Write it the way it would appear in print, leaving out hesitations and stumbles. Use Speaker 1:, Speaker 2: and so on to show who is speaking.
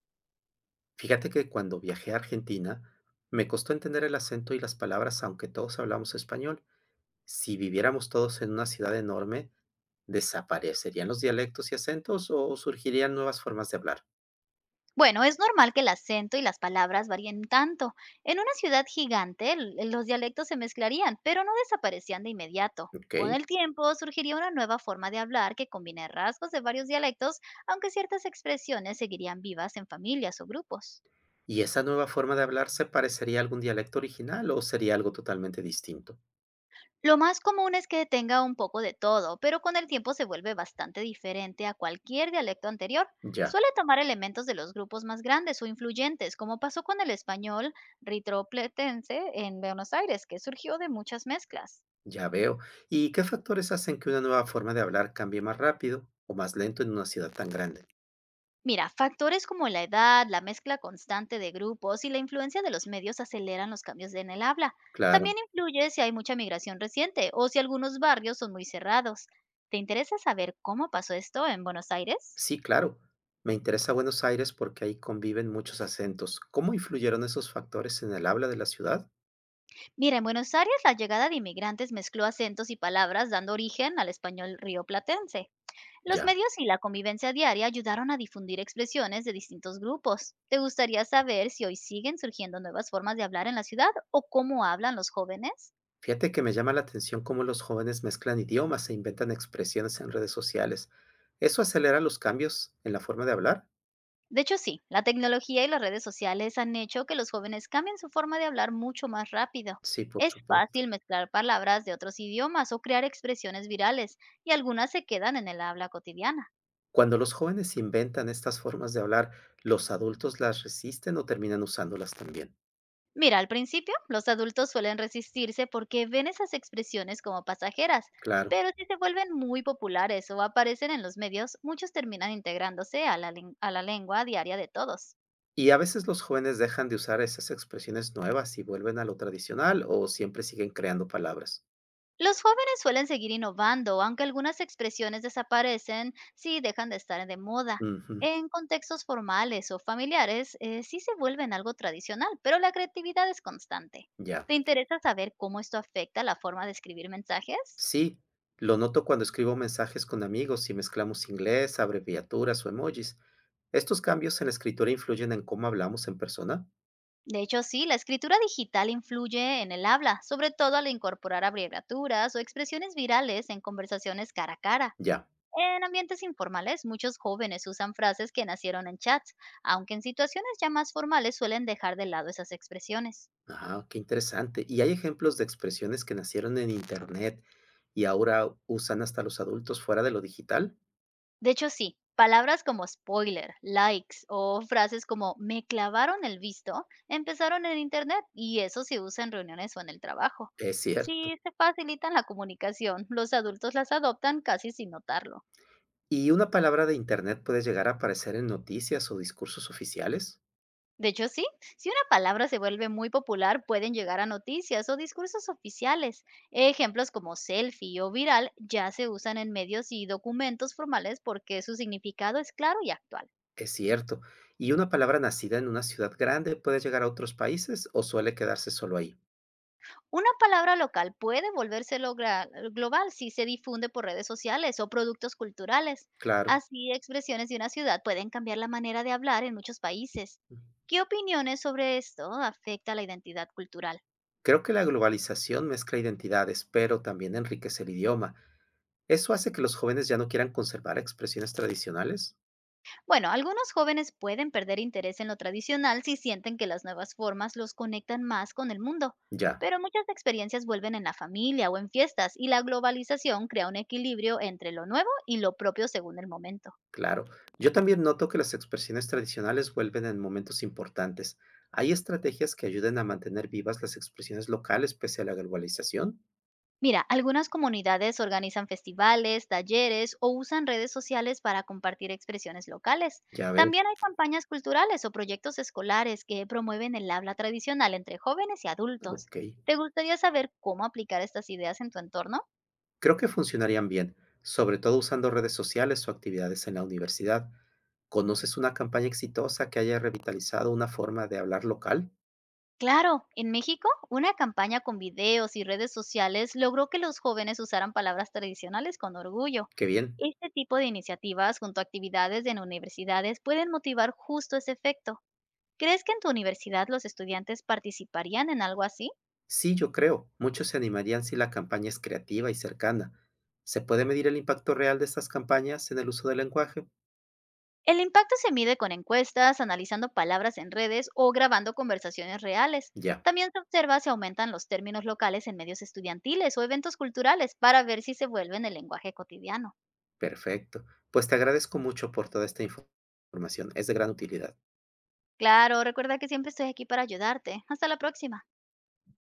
Speaker 1: Fíjate que cuando viajé a Argentina, me costó entender el acento y las palabras, aunque todos hablamos español. Si viviéramos todos en una ciudad enorme, ¿desaparecerían los dialectos y acentos o surgirían nuevas formas de hablar?
Speaker 2: Bueno, es normal que el acento y las palabras varíen tanto. En una ciudad gigante, los dialectos se mezclarían, pero no desaparecían de inmediato.
Speaker 1: ¿Ok?
Speaker 2: Con el tiempo surgiría una nueva forma de hablar que combine rasgos de varios dialectos, aunque ciertas expresiones seguirían vivas en familias o grupos.
Speaker 1: ¿Y esa nueva forma de hablar se parecería a algún dialecto original o sería algo totalmente distinto?
Speaker 2: Lo más común es que tenga un poco de todo, pero con el tiempo se vuelve bastante diferente a cualquier dialecto anterior.
Speaker 1: Ya,
Speaker 2: Suele tomar elementos de los grupos más grandes o influyentes, como pasó con el español ritropletense en Buenos Aires, que surgió de muchas mezclas.
Speaker 1: ya veo. ¿Y qué factores hacen que una nueva forma de hablar cambie más rápido o más lento en una ciudad tan grande?
Speaker 2: Mira, factores como la edad, la mezcla constante de grupos y la influencia de los medios aceleran los cambios en el habla.
Speaker 1: Claro.
Speaker 2: También influye si hay mucha migración reciente o si algunos barrios son muy cerrados. ¿Te interesa saber cómo pasó esto en Buenos Aires?
Speaker 1: Sí, claro. Me interesa Buenos Aires porque ahí conviven muchos acentos. ¿Cómo influyeron esos factores en el habla de la ciudad?
Speaker 2: Mira, en Buenos Aires la llegada de inmigrantes mezcló acentos y palabras, dando origen al español rioplatense. Los
Speaker 1: Ya.
Speaker 2: medios y la convivencia diaria ayudaron a difundir expresiones de distintos grupos. ¿Te gustaría saber si hoy siguen surgiendo nuevas formas de hablar en la ciudad o cómo hablan los jóvenes?
Speaker 1: Fíjate que me llama la atención cómo los jóvenes mezclan idiomas e inventan expresiones en redes sociales. ¿Eso acelera los cambios en la forma de hablar?
Speaker 2: De hecho, sí, la tecnología y las redes sociales han hecho que los jóvenes cambien su forma de hablar mucho más rápido.
Speaker 1: Sí, por
Speaker 2: Es
Speaker 1: supuesto.
Speaker 2: fácil mezclar palabras de otros idiomas o crear expresiones virales, y algunas se quedan en el habla cotidiana.
Speaker 1: Cuando los jóvenes inventan estas formas de hablar, ¿los adultos las resisten o terminan usándolas también?
Speaker 2: Mira, al principio los adultos suelen resistirse porque ven esas expresiones como pasajeras,
Speaker 1: Claro.
Speaker 2: pero si se vuelven muy populares o aparecen en los medios, muchos terminan integrándose a a la lengua diaria de todos.
Speaker 1: Y a veces los jóvenes dejan de usar esas expresiones nuevas y vuelven a lo tradicional o siempre siguen creando palabras.
Speaker 2: Los jóvenes suelen seguir innovando, aunque algunas expresiones desaparecen si dejan de estar de moda.
Speaker 1: Ujú.
Speaker 2: En contextos formales o familiares, sí se vuelven algo tradicional, pero la creatividad es constante.
Speaker 1: Ya,
Speaker 2: ¿Te interesa saber cómo esto afecta la forma de escribir mensajes?
Speaker 1: sí, lo noto cuando escribo mensajes con amigos y mezclamos inglés, abreviaturas o emojis. ¿Estos cambios en la escritura influyen en cómo hablamos en persona?
Speaker 2: De hecho, sí, la escritura digital influye en el habla, sobre todo al incorporar abreviaturas o expresiones virales en conversaciones cara a cara.
Speaker 1: Ya,
Speaker 2: En ambientes informales, muchos jóvenes usan frases que nacieron en chats, aunque en situaciones ya más formales suelen dejar de lado esas expresiones.
Speaker 1: ah, qué interesante. ¿Y hay ejemplos de expresiones que nacieron en Internet y ahora usan hasta los adultos fuera de lo digital?
Speaker 2: De hecho, sí, palabras como spoiler, likes o frases como me clavaron el visto empezaron en Internet y eso se usa en reuniones o en el trabajo.
Speaker 1: Es cierto.
Speaker 2: Si se facilitan la comunicación, los adultos las adoptan casi sin notarlo.
Speaker 1: ¿Y una palabra de Internet puede llegar a aparecer en noticias o discursos oficiales?
Speaker 2: De hecho, sí, si una palabra se vuelve muy popular, pueden llegar a noticias o discursos oficiales. Ejemplos como selfie o viral ya se usan en medios y documentos formales porque su significado es claro y actual.
Speaker 1: Es cierto. ¿Y una palabra nacida en una ciudad grande puede llegar a otros países o suele quedarse solo ahí?
Speaker 2: Una palabra local puede volverse global si se difunde por redes sociales o productos culturales.
Speaker 1: Claro.
Speaker 2: Así, expresiones de una ciudad pueden cambiar la manera de hablar en muchos países. ¿Qué opiniones sobre esto afecta la identidad cultural?
Speaker 1: Creo que la globalización mezcla identidades, pero también enriquece el idioma. ¿Eso hace que los jóvenes ya no quieran conservar expresiones tradicionales?
Speaker 2: Bueno, algunos jóvenes pueden perder interés en lo tradicional si sienten que las nuevas formas los conectan más con el mundo,
Speaker 1: Ya,
Speaker 2: pero muchas experiencias vuelven en la familia o en fiestas y la globalización crea un equilibrio entre lo nuevo y lo propio según el momento.
Speaker 1: claro. Yo también noto que las expresiones tradicionales vuelven en momentos importantes. ¿Hay estrategias que ayuden a mantener vivas las expresiones locales pese a la globalización?
Speaker 2: Mira, algunas comunidades organizan festivales, talleres o usan redes sociales para compartir expresiones locales.
Speaker 1: Ya veo,
Speaker 2: También hay campañas culturales o proyectos escolares que promueven el habla tradicional entre jóvenes y adultos.
Speaker 1: ok.
Speaker 2: ¿Te gustaría saber cómo aplicar estas ideas en tu entorno?
Speaker 1: Creo que funcionarían bien, sobre todo usando redes sociales o actividades en la universidad. ¿Conoces una campaña exitosa que haya revitalizado una forma de hablar local?
Speaker 2: Claro, en México, una campaña con videos y redes sociales logró que los jóvenes usaran palabras tradicionales con orgullo.
Speaker 1: Qué bien.
Speaker 2: Este tipo de iniciativas junto a actividades en universidades pueden motivar justo ese efecto. ¿Crees que en tu universidad los estudiantes participarían en algo así?
Speaker 1: Sí, yo creo. Muchos se animarían si la campaña es creativa y cercana. ¿Se puede medir el impacto real de estas campañas en el uso del lenguaje?
Speaker 2: El impacto se mide con encuestas, analizando palabras en redes o grabando conversaciones reales.
Speaker 1: Ya,
Speaker 2: También se observa si aumentan los términos locales en medios estudiantiles o eventos culturales para ver si se vuelven el lenguaje cotidiano.
Speaker 1: perfecto. Pues te agradezco mucho por toda esta información. Es de gran utilidad.
Speaker 2: Claro, recuerda que siempre estoy aquí para ayudarte. Hasta la próxima.